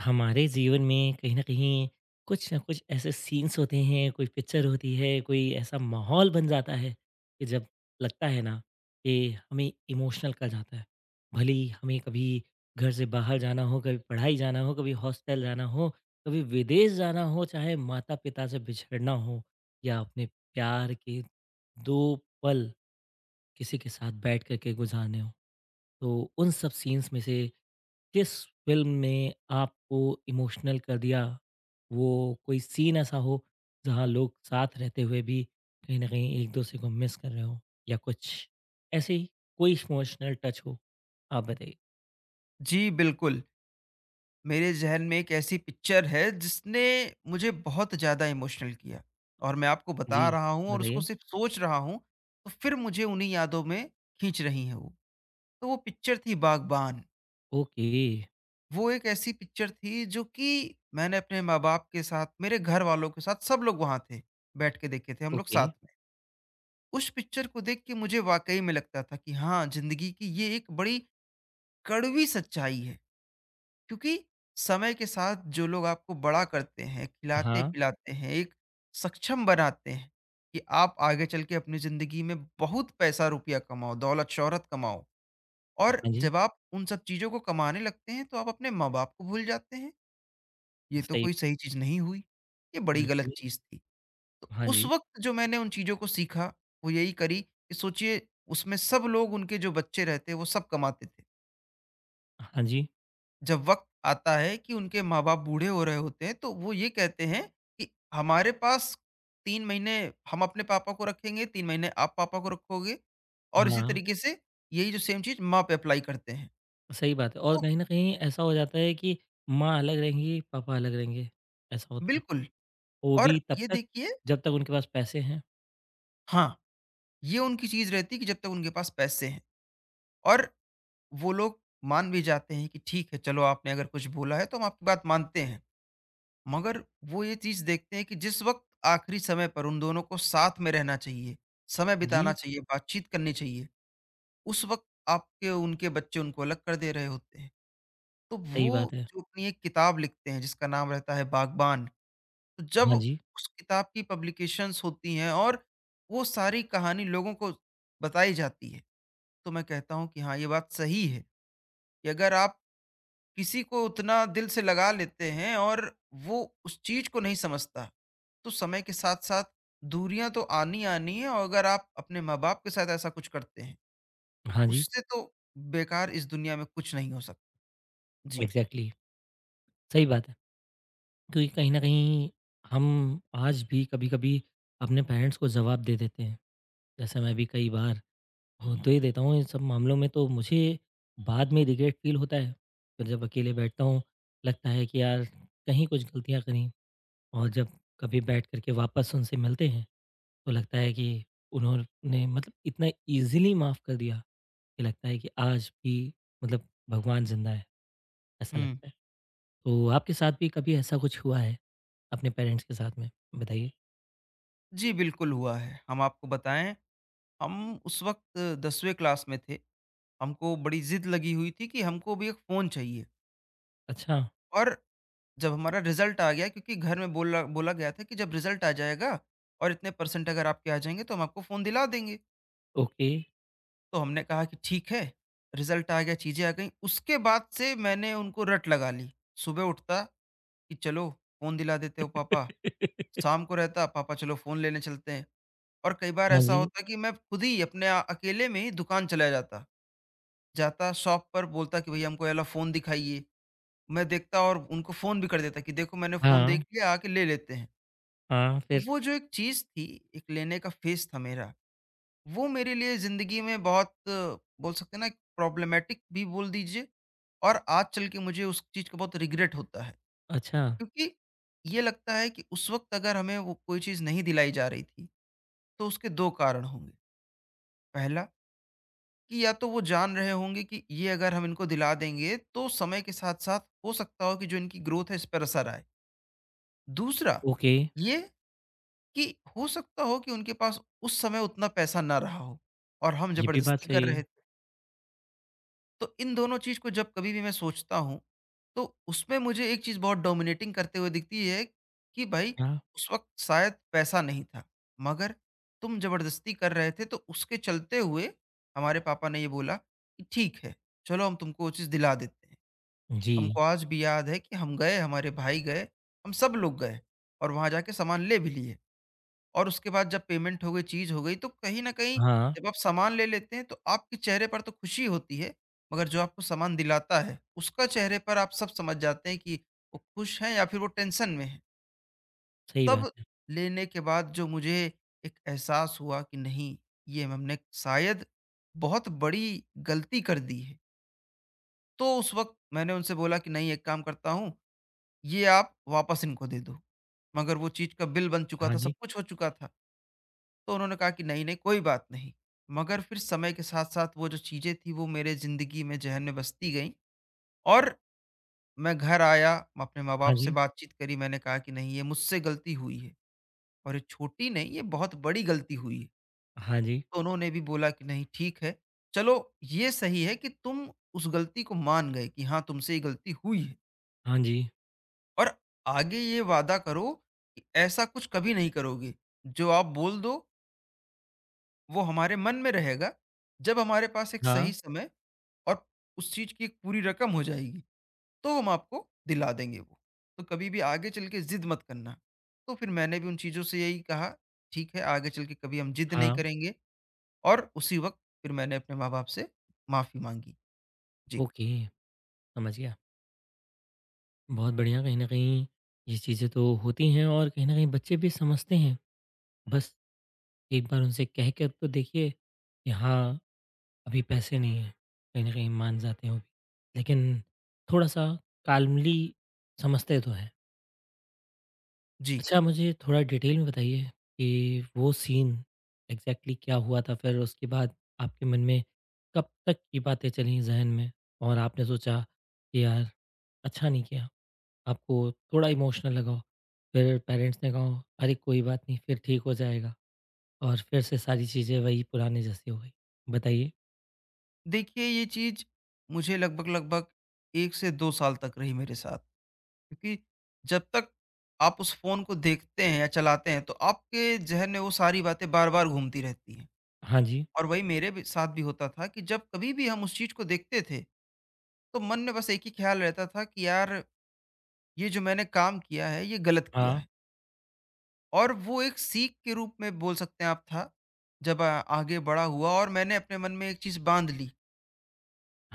हमारे जीवन में कहीं न कहीं कुछ न कुछ ऐसे सीन्स होते हैं, कोई पिक्चर होती है, कोई ऐसा माहौल बन जाता है कि जब लगता है ना कि हमें इमोशनल कर जाता है। भले ही हमें कभी घर से बाहर जाना हो, कभी पढ़ाई जाना हो, कभी हॉस्टल जाना हो, कभी विदेश जाना हो, चाहे माता-पिता से बिछड़ना हो या अपने प्यार के 2 पल किसी के साथ बैठ कर के गुज़ारने हों। तो उन सब सीन्स में से किस फिल्म ने आपको इमोशनल कर दिया, वो कोई सीन ऐसा हो जहां लोग साथ रहते हुए भी कहीं ना कहीं एक दूसरे को मिस कर रहे हो या कुछ ऐसे ही कोई इमोशनल टच हो, आप बताइए। जी, बिल्कुल। मेरे ज़हन में एक ऐसी पिक्चर है जिसने मुझे बहुत ज़्यादा इमोशनल किया और मैं आपको जी बता रहा हूँ और उसको बताइए। सिर्फ़ सोच रहा हूँ, तो फिर मुझे उन्हीं यादों में खींच रही हैं वो। तो वो पिक्चर थी बागबान। ओके। वो एक ऐसी पिक्चर थी जो कि मैंने अपने माँ-बाप के साथ, मेरे घरवालों के साथ सब लोग वहाँ थे, बैठ के देखे थे हम लोग ओके। साथ में। उस पिक्चर को देख के मुझे वाक़ई में लगता था कि हाँ, ज़िंदगी की ये एक बड़ी कड़वी सच्चाई है। क्योंकि समय के साथ जो लोग आपको बड़ा करते हैं, हाँ। खिलाते-पिलाते हैं, एक सक्षम बनाते हैं कि आप आगे चल के अपनी ज़िंदगी में बहुत पैसा-रुपया कमाओ, दौलत-शोहरत कमाओ और हाँ जी। जब आप उन सब चीज़ों को कमाने लगते हैं, तो आप अपने माँ-बाप को भूल जाते हैं। ये तो सही। कोई सही चीज़ नहीं हुई, ये बड़ी गलत बिल्कुल। चीज़ थी। तो हाँ उस जी। वक़्त जो मैंने उन चीज़ों को सीखा, वो यही करी कि सोचिए उसमें सब लोग उनके जो बच्चे रहते, वो सब कमाते थे। हाँ जी। जब वक़्त आता है कि उनके माँ-बाप बूढ़े हो रहे होते हैं, तो वो ये कहते हैं कि हमारे पास 3 महीने हम अपने पापा को रखेंगे, 3 महीने आप पापा को रखोगे और इसी हाँ। तरीके से यही जो सेम चीज़ माँ पे अप्लाई करते हैं। सही बात है, और तो कहीं ना कहीं ऐसा हो जाता है कि माँ अलग रहेंगी, पापा अलग रहेंगे। ऐसा होता है। बिल्कुल। वो और भी तब ये तक देखिए, जब तक उनके पास पैसे हैं। हाँ, ये उनकी चीज़ रहती है कि जब तक उनके पास पैसे हैं और वो लोग मान भी जाते हैं कि ठीक है, चलो आपने अगर कुछ बोला है तो हम आपकी बात मानते हैं। मगर वो ये चीज़ देखते हैं कि जिस वक़्त आखिरी समय पर उन दोनों को साथ में रहना चाहिए, समय बिताना जी, चाहिए, बातचीत करनी चाहिए, उस वक़्त आपके उनके बच्चे उनको अलग कर दे रहे होते हैं। तो सही वो बात है। जो अपनी एक किताब लिखते हैं जिसका नाम रहता है बागबान, तो जब हाँ जी, उस किताब की पब्लिकेशंस होती हैं और वो सारी कहानी लोगों को बताई जाती है, तो मैं कहता हूँ कि हाँ, ये बात सही है कि अगर आप किसी को उतना दिल से लगा लेते हैं और वो उस चीज़ को नहीं समझता तो समय के साथ साथ दूरियां तो आनी आनी है और अगर आप अपने माँ बाप के साथ ऐसा कुछ करते हैं तो हाँ जी, उससे तो बेकार इस दुनिया में कुछ नहीं हो सकता। जी। एग्ज़ैक्टली। सही बात है। क्योंकि कहीं न कहीं हम आज भी कभी-कभी अपने पेरेंट्स को जवाब दे देते हैं। जैसे मैं भी कई बार हो दे देता हूँ इन सब मामलों में, तो मुझे बाद में रिग्रेट फ़ील होता है। फिर जब अकेले बैठता हूँ, लगता है कि यार कहीं कुछ गलतियाँ करी, और जब कभी बैठ कर के वापस उनसे मिलते हैं, तो लगता है कि उन्होंने मतलब इतना ईज़िली माफ़ कर दिया कि लगता है कि आज भी मतलब भगवान ज़िंदा है, ऐसा हम्म। लगता है। तो आपके साथ भी कभी ऐसा कुछ हुआ है? अपने पेरेंट्स के साथ में? बताइए। जी बिल्कुल हुआ है, हम आपको बताएं। हम उस वक्त दसवें क्लास में थे, हमको बड़ी जिद लगी हुई थी कि हमको भी एक फ़ोन चाहिए। अच्छा, और जब हमारा रिजल्ट आ गया, क्योंकि घर में बोला बोला गया था कि जब रिजल्ट आ जाएगा और इतने परसेंट अगर आपके आ जाएंगे तो हम आपको फ़ोन दिला देंगे। ओके। तो हमने कहा कि ठीक है, रिज़ल्ट आ गया, चीज़ें आ गईं। उसके बाद से मैंने उनको रट लगा ली। सुबह उठता कि चलो फ़ोन दिला देते हो पापा, शाम को रहता पापा चलो फ़ोन लेने चलते हैं। और कई बार हाँ ऐसा जी। होता कि मैं खुद ही अपने अकेले में ही दुकान चला जाता। जाता शॉप पर बोलता कि भैया हमको ये वाला फ़ोन दिखाइए। मैं देखता और उनको फ़ोन भी कर देता कि देखो मैंने फ़ोन देख हाँ, लिया, आके ले लेते हैं। हाँ, तो फिर? वो जो एक चीज़ थी, एक लेने का फ़ेज़ था मेरा, वो मेरे लिए ज़िंदगी में बहुत बोल सकते हैं ना, एक प्रॉब्लमैटिक भी बोल दीजिए। और आज चल के मुझे उस चीज़ का बहुत रिग्रेट होता है। अच्छा, क्योंकि ये लगता है कि उस वक़्त अगर हमें वो कोई चीज़ नहीं दिलाई जा रही थी, तो उसके 2 कारण होंगे। पहला कि या तो वो जान रहे होंगे कि ये अगर हम इनको दिला देंगे तो समय के साथ-साथ हो सकता हो कि जो इनकी ग्रोथ है इस पर असर आए। दूसरा ओके। ये कि हो सकता हो कि उनके पास उस समय उतना पैसा ना रहा हो और हम ये भी बात ज़बरदस्ती कर सही है। रहे थे। तो इन दोनों चीज़ को जब कभी भी मैं सोचता हूँ, तो उसमें मुझे एक चीज़ बहुत डोमिनेटिंग करते हुए दिखती है कि भाई हाँ, उस वक़्त शायद पैसा नहीं था, मगर तुम ज़बरदस्ती कर रहे थे तो उसके चलते हुए हमारे पापा ने ये बोला कि ठीक है, चलो हम तुमको वो चीज़ दिला देते हैं। जी। हमको आज भी याद है कि हम गए, हमारे भाई गए, हम सब लोग गए और वहाँ जाके सामान ले भी लिए। और उसके बाद जब पेमेंट हो गई, चीज़ हो गई, तो कहीं न कहीं हाँ, जब आप सामान ले लेते हैं, तो आपके चेहरे पर तो खुशी होती है, मगर जो आपको सामान दिलाता है, उसका चेहरे पर आप सब समझ जाते हैं कि वो खुश हैं या फिर वो टेंशन में हैं। सही बात तब है। लेने के बाद जो मुझे एक एहसास हुआ कि नहीं, ये हमने शायद बहुत बड़ी गलती कर दी है। तो उस वक़्त मैंने उनसे बोला कि नहीं एक काम करता हूँ, ये आप वापस इनको दे दो। मगर वो चीज़ का बिल बन चुका हाँ था, सब जी, कुछ हो चुका था। तो उन्होंने कहा कि नहीं, नहीं, कोई बात नहीं। मगर फिर समय के साथ-साथ वो जो चीज़ें थी वो मेरे ज़िंदगी में ज़हन में बसती गईं और मैं घर आया, मैं अपने माँ-बाप हाँ से जी, बातचीत करी, मैंने कहा कि नहीं ये मुझसे गलती हुई है और ये छोटी नहीं, ये बहुत बड़ी गलती हुई है। हाँ जी, तो उन्होंने भी बोला कि नहीं ठीक है, चलो ये सही है कि तुम उस गलती को मान गए कि हाँ, तुमसे ये गलती हुई है हाँ जी, और आगे ये वादा करो कि ऐसा कुछ कभी नहीं करोगे। जो आप बोल दो, वो हमारे मन में रहेगा। जब हमारे पास एक सही हाँ, समय और उस चीज़ की एक पूरी रकम हो जाएगी, तो हम आपको दिला देंगे वो। तो कभी भी आगे चल के ज़िद मत करना। तो फिर मैंने भी उन चीज़ों से यही कहा, ठीक है आगे चल के कभी हम ज़िद नहीं हाँ, करेंगे। और उसी वक़्त फिर मैंने अपने माँ-बाप से माफ़ी माँगी। जी। ओके, समझ गया। बहुत बढ़िया। कहीं न कहीं ये चीज़ें तो होती हैं, और कहीं न कहीं बच्चे भी समझते हैं। बस एक बार उनसे कह कर तो देखिए कि हाँ अभी पैसे नहीं हैं, कहीं न कहीं मान जाते हैं वो भी। लेकिन थोड़ा-सा काल्मली समझते तो हैं। जी। अच्छा, मुझे थोड़ा डिटेल में बताइए कि वो सीन एग्ज़ैक्टली क्या हुआ था? फिर उसके बाद आपके मन में कब तक की बातें चलीं ज़हन में, और आपने सोचा कि यार अच्छा नहीं किया, आपको थोड़ा इमोशनल लगा हो। फिर पेरेंट्स ने कहा हो, अरे कोई बात नहीं फिर ठीक हो जाएगा और फिर से सारी चीज़ें वही पुराने जैसी हो गई? बताइए। देखिए ये चीज़ मुझे लगभग-लगभग 1 से 2 साल तक रही मेरे साथ, क्योंकि जब तक आप उस फ़ोन को देखते हैं या चलाते हैं, तो आपके ज़हन में वो सारी बातें बार-बार घूमती रहती हैं। हाँ जी, और वही मेरे भी साथ भी होता था कि जब कभी भी हम उस चीज़ को देखते थे, तो मन में बस एक ही ख़्याल रहता था कि यार, ये जो मैंने काम किया है, ये गलत किया हाँ, है। और वो एक सीख के रूप में बोल सकते हैं आप था, जब आगे बड़ा हुआ और मैंने अपने मन में एक चीज़ बाँध ली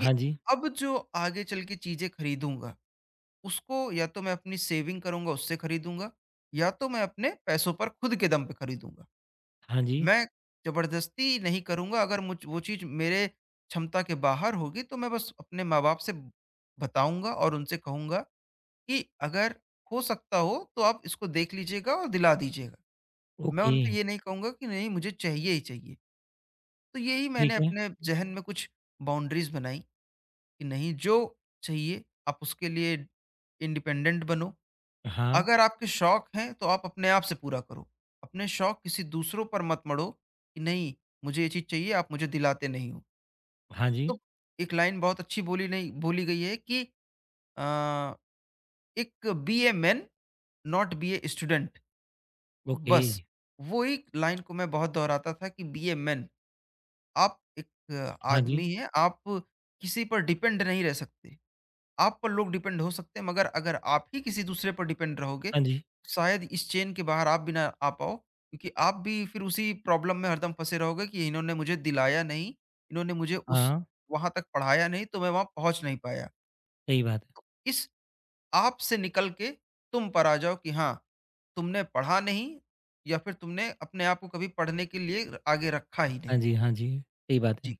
कि जी, अब जो आगे चल के चीज़ें खरीदूँगा, उसको या तो मैं अपनी सेविंग करूँगा, उससे खरीदूँगा, या तो मैं अपने पैसों पर खुद के दम पे खरीदूँगा। हाँ जी। मैं ज़बरदस्ती नहीं करूँगा, अगर मुझ वो चीज़ मेरे क्षमता के बाहर होगी, तो मैं बस अपने माँ-बाप से बताऊँगा और उनसे कहूँगा कि अगर हो सकता हो, तो आप इसको देख लीजिएगा और दिला दीजिएगा। मैं ओके, उन पे ये नहीं कहूँगा कि नहीं, मुझे चाहिए ही चाहिए। तो यही मैंने ठीक है। अपने ज़हन में कुछ बाउंड्रीज़ बनाई कि नहीं, जो चाहिए आप उसके लिए इंडिपेंडेंट बनो, हाँ, अगर आपके शौक हैं तो आप अपने आप से पूरा करो। अपने शौक किसी दूसरों पर मत मढ़ो कि नहीं मुझे ये चीज़ चाहिए आप मुझे दिलाते नहीं हो। हाँ जी, तो एक लाइन बहुत अच्छी बोली नहीं बोली गई है कि अ, "एक be a man not be a student". Okay, बस वो एक लाइन को मैं बहुत दोहराता था कि बी ए मैन, आप एक हाँ जी, आदमी हैं, आप किसी पर डिपेंड नहीं रह सकते। आप पर लोग डिपेंड हो सकते हैं मगर अगर आप ही किसी दूसरे पर डिपेंड रहोगे, हाँ जी, तो शायद इस चेन के बाहर आप भी ना आ पाओ, क्योंकि आप भी फिर उसी प्रॉब्लम में हरदम फँसे रहोगे कि इन्होंने मुझे दिलाया नहीं, इन्होंने मुझे उस हाँ, वहाँ तक पढ़ाया नहीं तो मैं वहाँ पहुँच नहीं पाया। सही बात है। तो इस आप से निकल के तुम पर आ जाओ कि हाँ, तुमने पढ़ा नहीं या फिर तुमने अपने आप को कभी पढ़ने के लिए आगे रखा ही हाँ नहीं। जी, हाँ जी, सही बात है। जी,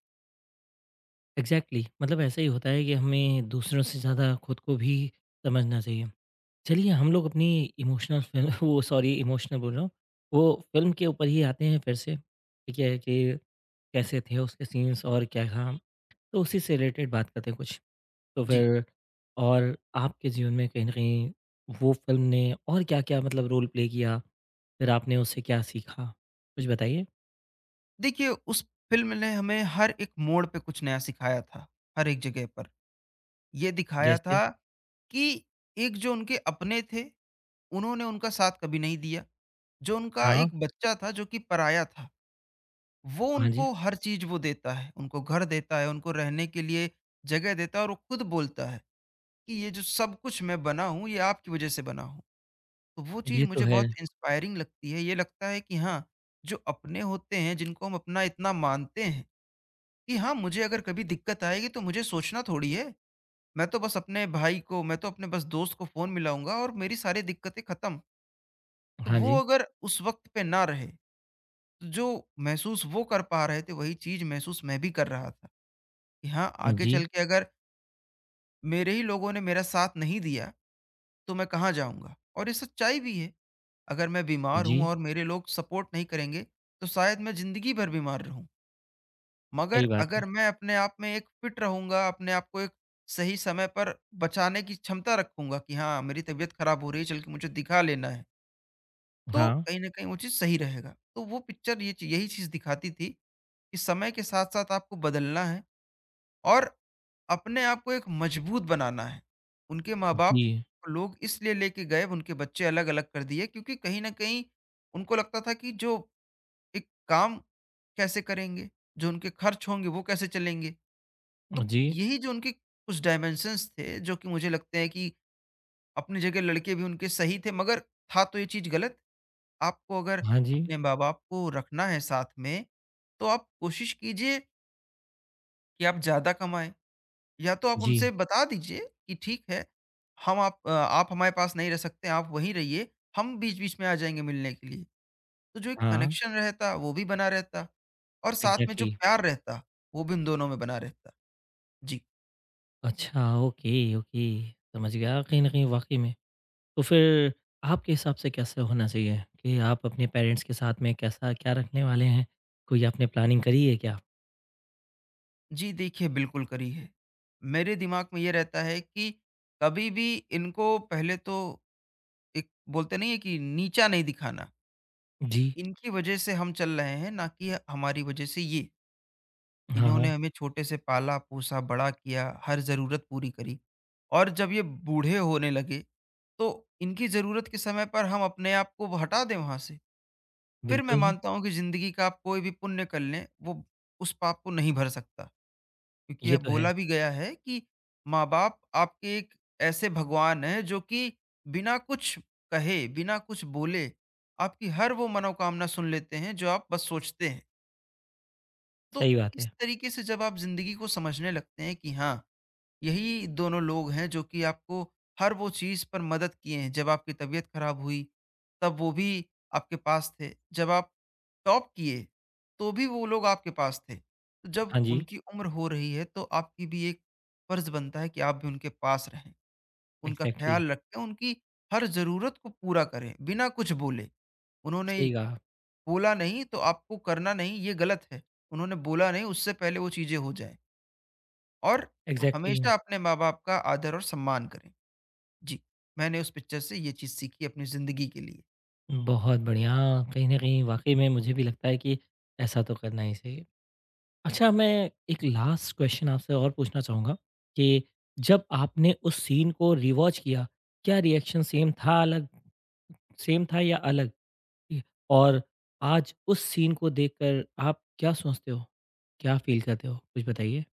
एग्ज़ैक्टली मतलब ऐसा ही होता है कि हमें दूसरों से ज़्यादा खुद को भी समझना चाहिए। चलिए हम लोग अपनी इमोशनल फ़िल्म वो सॉरी इमोशनल बोल रहा हूँ, वो फ़िल्म के ऊपर ही आते हैं फिर से, ठीक है, कि कैसे थे उसके सीन्स और क्या था, तो उसी से रिलेटेड बात करते हैं कुछ। तो जी। फिर और आपके जीवन में कहीं न कहीं वो फ़िल्म ने और क्या-क्या मतलब रोल प्ले किया? फिर आपने उससे क्या सीखा? कुछ बताइए? देखिए उस फ़िल्म ने हमें हर एक मोड़ पे कुछ नया सिखाया था, हर एक जगह पर। ये दिखाया जैसे था कि एक जो उनके अपने थे, उन्होंने उनका साथ कभी नहीं दिया। जो उनका हाँ, एक बच्चा था जो कि पराया था, वो हाँ जी। उनको हर चीज़ वो देता है, उनको घर देता है, उनको रहने के लिए जगह देता है और वो खुद बोलता है कि ये जो सब कुछ मैं बना हूँ, ये आपकी वज़ह से बना हूँ। तो वो चीज़ ये तो मुझे है। बहुत इंस्पायरिंग लगती है। ये लगता है कि हाँ, जो अपने होते हैं, जिनको हम अपना इतना मानते हैं कि हाँ, मुझे अगर कभी दिक्कत आएगी तो मुझे सोचना थोड़ी है। मैं तो बस अपने भाई को, मैं तो अपने बस दोस्त को फ़ोन मिलाऊँगा और मेरी सारी दिक्कतें खत्म। तो हाँ जी। वो अगर उस वक़्त पे ना रहे, तो जो महसूस वो कर पा रहे थे, वही चीज़ महसूस मैं भी कर रहा था कि हाँ, आगे चल जी, के अगर मेरे ही लोगों ने मेरा साथ नहीं दिया, तो मैं कहाँ जाऊँगा? और ये सच्चाई भी है। अगर मैं बीमार हूँ जी। और मेरे लोग सपोर्ट नहीं करेंगे, तो शायद मैं ज़िंदगी भर बीमार रहूँ। मगर सही बात है। अगर मैं अपने आप में एक फिट रहूँगा, अपने आप को एक सही समय पर बचाने की क्षमता रखूँगा कि हाँ, मेरी तबीयत खराब हो रही है, चल के मुझे दिखा लेना है, तो हाँ। कहीं न कहीं वो चीज़ सही रहेगा। तो वो पिक्चर ये ची यही चीज़ दिखाती थी कि समय के साथ-साथ आपको बदलना है और अपने आप को एक मजबूत बनाना है। उनके माँ-बाप जी, लोग इसलिए लेके गए, उनके बच्चे अलग-अलग कर दिए क्योंकि कहीं न कहीं उनको लगता था कि जो एक काम कैसे करेंगे? जो उनके खर्च होंगे, वो कैसे चलेंगे? तो जी। यही जो उनके कुछ डायमेंशंस थे जो कि मुझे लगते हैं कि अपनी जगह लड़के भी उनके सही थे मगर था तो ये चीज़ गलत। आपको अगर हाँ जी। अपने माँ-बाप को रखना है साथ में, तो आप कोशिश कीजिए कि आप ज़्यादा कमाएँ या तो आप जी। उनसे बता दीजिए कि ठीक है, आप हमारे पास नहीं रह सकते, आप वहीं रहिए, हम बीच-बीच में आ जाएँगे मिलने के लिए। तो जो एक हाँ, कनेक्शन रहता वो भी बना रहता और साथ में जो एग्ज़ैक्टली। प्यार रहता, वो भी उन दोनों में बना रहता। जी। अच्छा, ओके, ओके। समझ गया, कहीं न कहीं वाक़ई में। तो फिर आपके हिसाब से कैसे होना चाहिए कि आप अपने पेरेंट्स के साथ में कैसा क्या रखने वाले हैं? कोई आपने प्लानिंग करी है क्या? जी देखिए, बिल्कुल करी है। मेरे दिमाग में ये रहता है कि कभी भी इनको पहले तो एक बोलते नहीं है कि नीचा नहीं दिखाना। जी। इनकी वजह से हम चल रहे हैं, ना कि हमारी वजह से ये। हाँ, हाँ, इन्होंने हमें छोटे से पाला-पोसा, बड़ा किया, हर ज़रूरत पूरी करी और जब ये बूढ़े होने लगे, तो इनकी ज़रूरत के समय पर हम अपने आप को हटा दें वहाँ से। फिर मैं बिल्कुल, मानता हूँ कि ज़िंदगी का आप कोई भी पुण्य कर लें, वो उस पाप को नहीं भर सकता। क्योंकि यह ये तो है। बोला भी गया है कि माँ-बाप आपके एक ऐसे भगवान हैं जो कि बिना कुछ कहे, बिना कुछ बोले, आपकी हर वो मनोकामना सुन लेते हैं जो आप बस सोचते हैं। तो सही बात इस है। तरीके से जब आप ज़िंदगी को समझने लगते हैं कि हाँ यही दोनों लोग हैं जो कि आपको हर वो चीज़ पर मदद किए हैं। जब आपकी तबीयत खराब हुई, तब वो भी आपके पास थे। जब आप टॉप किए, तो भी वो लोग आपके पास थे। तो जब हाँ जी, उनकी उम्र हो रही है, तो आपकी भी एक फ़र्ज़ बनता है कि आप भी उनके पास रहें, उनका एग्ज़ैक्टली, ख़्याल रखें, उनकी हर ज़रूरत को पूरा करें, बिना कुछ बोले। उन्होंने सही कहा। बोला नहीं, तो आपको करना नहीं, ये गलत है। उन्होंने बोला नहीं, उससे पहले वो चीज़ें हो जाएँ। और एग्ज़ैक्टली, हमेशा अपने माँ-बाप का आदर और सम्मान करें। जी, मैंने उस पिक्चर से ये चीज़ सीखी अपनी ज़िंदगी के लिए। बहुत बढ़िया। कहीं न कहीं वाक़ई में मुझे भी लगता है कि ऐसा तो करना ही चाहिए। अच्छा, मैं एक लास्ट क्वेश्चन आपसे और पूछना चाहूँगा कि जब आपने उस सीन को रिवॉच किया, क्या रिएक्शन सेम था, अलग? सेम था या अलग? ठीक है? और आज उस सीन को देखकर आप क्या सोचते हो? क्या फ़ील करते हो? कुछ बताइए?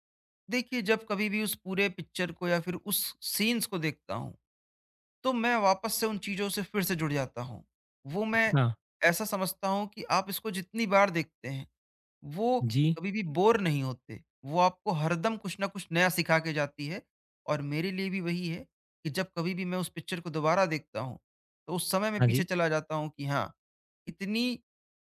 देखिए, जब कभी भी उस पूरे पिक्चर को या फिर उस सीन्स को देखता हूँ, तो मैं वापस से उन चीज़ों से फिर से जुड़ जाता हूँ। वो मैं अच्छा, ऐसा समझता हूँ कि आप इसको जितनी बार देखते हैं, वो जी। कभी भी बोर नहीं होते। वो आपको हरदम कुछ ना कुछ नया सिखा के जाती है और मेरे लिए भी वही है कि जब कभी भी मैं उस पिक्चर को दोबारा देखता हूँ, तो उस समय में हाँ पीछे जी, चला जाता हूँ कि हाँ इतनी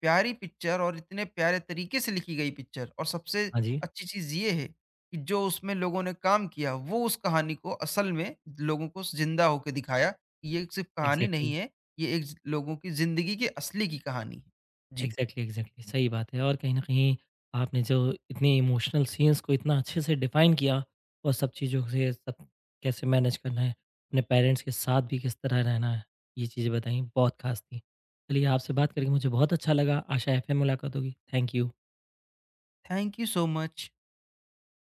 प्यारी पिक्चर और इतने प्यारे तरीके से लिखी गई पिक्चर और सबसे हाँ जी। अच्छी चीज़ ये है कि जो उसमें लोगों ने काम किया वो उस कहानी को असल में लोगों को ज़िंदा होके दिखाया कि ये सिर्फ़ कहानी नहीं एग्ज़ैक्टली, है, ये एक ज़ लोगों की ज़िंदगी की असली की कहानी है। जी, एग्ज़ैक्टली, एग्ज़ैक्टली सही बात है, और कहीं न कहीं आपने जो इतने इमोशनल सीन्स को इतना अच्छे से डिफ़ाइन किया और सब चीज़ों से, सब कैसे मैनेज करना है, अपने पेरेंट्स के साथ भी किस तरह रहना है, ये चीज़ें बताई बहुत ख़ास थी। चलिए, आपसे बात करके मुझे बहुत अच्छा लगा, आशा है फिर मुलाकात होगी। Thank you. Thank you so much.